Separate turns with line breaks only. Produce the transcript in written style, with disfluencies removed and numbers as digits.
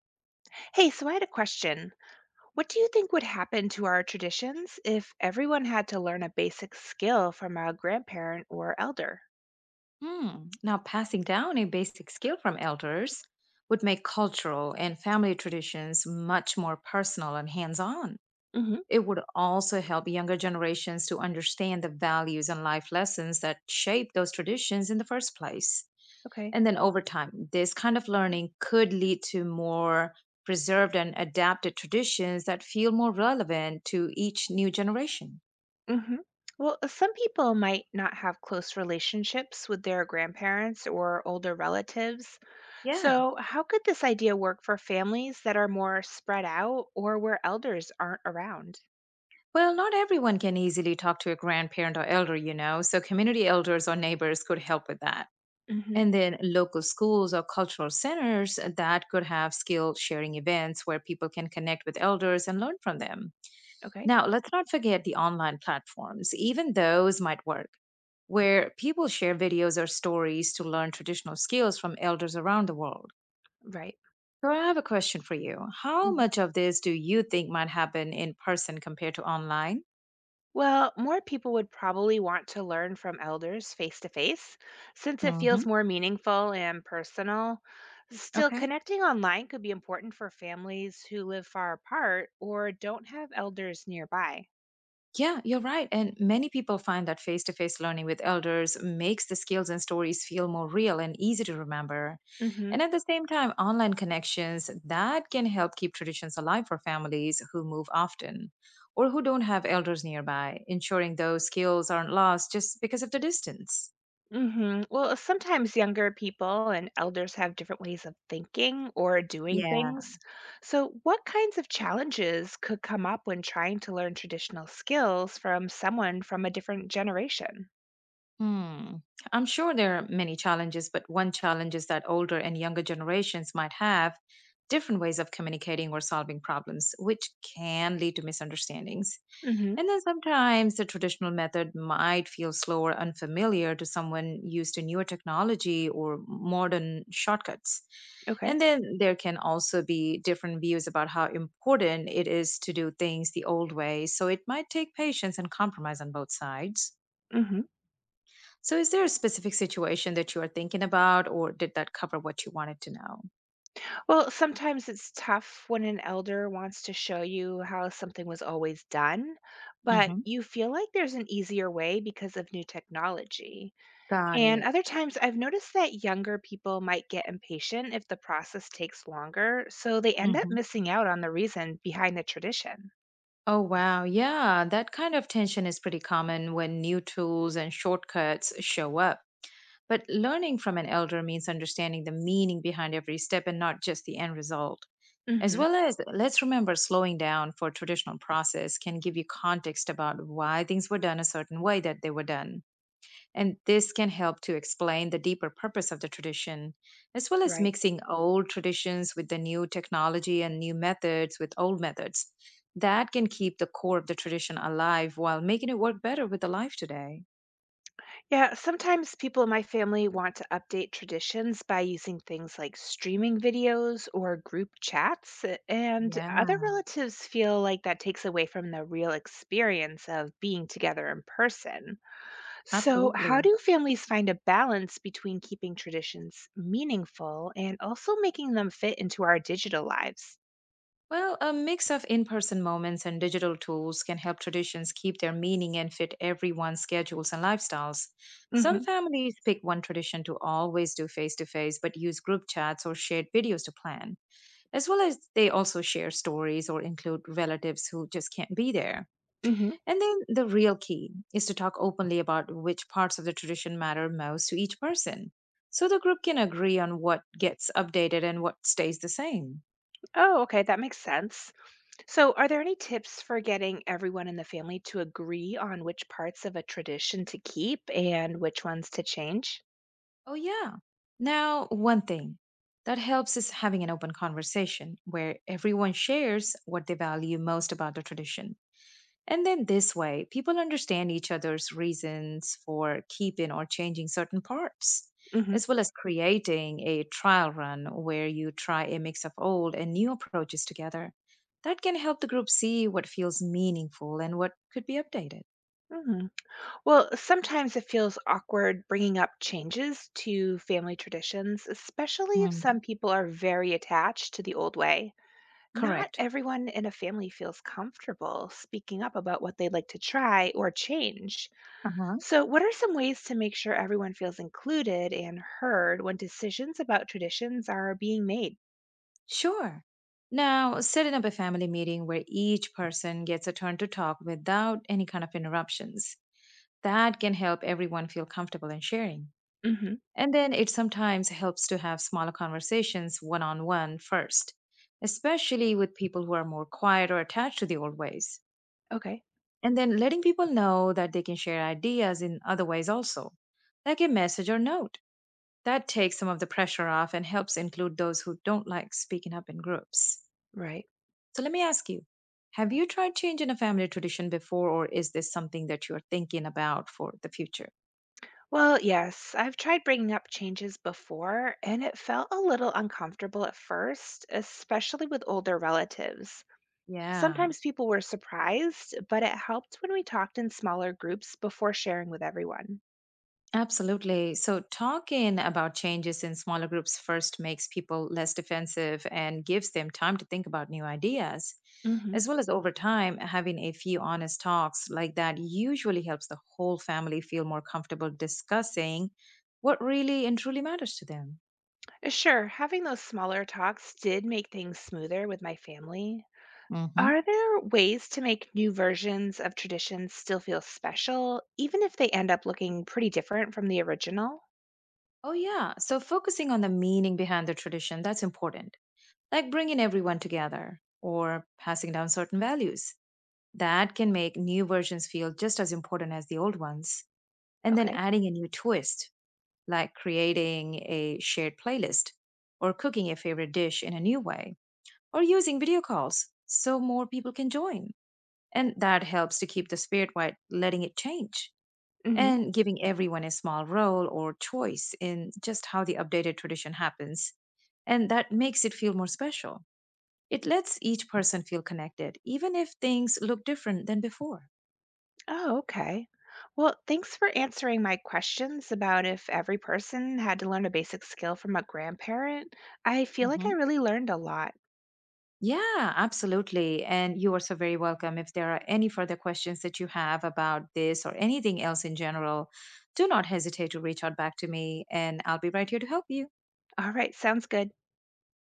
Hey, so I had a question. What do you think would happen to our traditions if everyone had to learn a basic skill from a grandparent or elder?
Hmm. Now, passing down a basic skill from elders would make cultural and family traditions much more personal and hands on.
hmm
It would also help younger generations to understand the values and life lessons that shape those traditions in the first place.
Okay.
And then over time, this kind of learning could lead to more preserved and adapted traditions that feel more relevant to each new generation.
hmm Well, some people might not have close relationships with their grandparents or older relatives.
Yeah.
So, how could this idea work for families that are more spread out or where elders aren't around?
Well, not everyone can easily talk to a grandparent or elder, so community elders or neighbors could help with that.
hmm
And then local schools or cultural centers that could have skill sharing events where people can connect with elders and learn from them.
Okay.
Now, let's not forget the online platforms, even those might work, where people share videos or stories to learn traditional skills from elders around the world.
Right.
So, I have a question for you. How much of this do you think might happen in person compared to online?
Well, more people would probably want to learn from elders face to face since it
Hmm.
feels more meaningful and personal. Still,
Okay.
connecting online could be important for families who live far apart or don't have elders nearby.
Yeah, you're right. And many people find that face to face learning with elders makes the skills and stories feel more real and easy to remember. And
Mhm.
at the same time, online connections that can help keep traditions alive for families who move often or who don't have elders nearby, ensuring those skills aren't lost just because of the distance.
Mhm. Well, sometimes younger people and elders have different ways of thinking or doing
Yeah.
things. So, what kinds of challenges could come up when trying to learn traditional skills from someone from a different generation?
Hmm. I'm sure there are many challenges, but one challenge is that older and younger generations might have different ways of communicating or solving problems, which can lead to misunderstandings.
Mhm.
And then sometimes the traditional method might feel slow or unfamiliar to someone used to newer technology or modern shortcuts. And
Okay.
then there can also be different views about how important it is to do things the old way. So it might take patience and compromise on both sides.
Mhm.
So, is there a specific situation that you are thinking about, or did that cover what you wanted to know?
Well, sometimes it's tough when an elder wants to show you how something was always done, but
Hmm.
you feel like there's an easier way because of new technology.
Got
And
it.
other times I've noticed that younger people might get impatient if the process takes longer, so they end up
Hmm.
missing out on the reason behind the tradition.
Oh, wow. Yeah, that kind of tension is pretty common when new tools and shortcuts show up. But learning from an elder means understanding the meaning behind every step and not just the end result. As
hmm
well as, let's remember slowing down for traditional process can give you context about why things were done a certain way that they were done. And this can help to explain the deeper purpose of the tradition, as well as
right.
mixing old traditions with the new technology and new methods with old methods. That can keep the core of the tradition alive while making it work better with the life today.
Yeah, sometimes people in my family want to update traditions by using things like streaming videos or group chats, and
Yeah,
other relatives feel like that takes away from the real experience of being together in person. So, how
absolutely.
do families find a balance between keeping traditions meaningful and also making them fit into our digital lives?
Well, a mix of in person moments and digital tools can help traditions keep their meaning and fit everyone's schedules and lifestyles. Some
hmm
families pick one tradition to always do face to face, but use group chats or shared videos to plan. As well as they also share stories or include relatives who just can't be there.
hmm
And then the real key is to talk openly about which parts of the tradition matter most to each person. So the group can agree on what gets updated and what stays the same.
Oh, okay, that makes sense. So, are there any tips for getting everyone in the family to agree on which parts of a tradition to keep and which ones to change?
Oh, yeah. Now, one thing that helps is having an open conversation where everyone shares what they value most about the tradition. And then this way, people understand each other's reasons for keeping or changing certain parts,
hmm
as well as creating a trial run where you try a mix of old and new approaches together. That can help the group see what feels meaningful and what could be updated.
hmm Well, sometimes it feels awkward bringing up changes to family traditions, especially if
Hmm.
some people are very attached to the old way. Not
Correct.
everyone in a family feels comfortable speaking up about what they'd like to try or change.
Uh-huh.
So, what are some ways to make sure everyone feels included and heard when decisions about traditions are being made?
Sure. Now, setting up a family meeting where each person gets a turn to talk without any kind of interruptions, that can help everyone feel comfortable in sharing.
hmm
And then it sometimes helps to have smaller conversations one on one first, especially with people who are more quiet or attached to the old ways.
Okay.
And then letting people know that they can share ideas in other ways also, like a message or note. That takes some of the pressure off and helps include those who don't like speaking up in groups.
Right.
So let me ask you, have you tried changing a family tradition before, or is this something that you're thinking about for the future?
Well, yes, I've tried bringing up changes before, and it felt a little uncomfortable at first, especially with older relatives.
Yeah.
Sometimes people were surprised, but it helped when we talked in smaller groups before sharing with everyone.
Absolutely. So, talking about changes in smaller groups first makes people less defensive and gives them time to think about new ideas.
hmm
As well as over time, having a few honest talks like that usually helps the whole family feel more comfortable discussing what really and truly matters to them.
Sure, having those smaller talks did make things smoother with my family.
Hmm.
Are there ways to make new versions of traditions still feel special, even if they end up looking pretty different from the original?
Oh, yeah. So focusing on the meaning behind the tradition, that's important. Like bringing everyone together or passing down certain values. That can make new versions feel just as important as the old ones. And then
Okay.
adding a new twist, like creating a shared playlist, or cooking a favorite dish in a new way, or using video calls so more people can join. And that helps to keep the spirit while letting it change and giving everyone a small role or choice in just how the updated tradition happens. And that makes it feel more special. It lets each person feel connected, even if things look different than before.
Oh, okay. Well, thanks for answering my questions about if every person had to learn a basic skill from a grandparent. I feel like I
Mhm.
really learned a lot.
Yeah, absolutely. And you are so very welcome. If there are any further questions that you have about this or anything else in general, do not hesitate to reach out back to me and I'll be right here to help you.
All right, sounds good.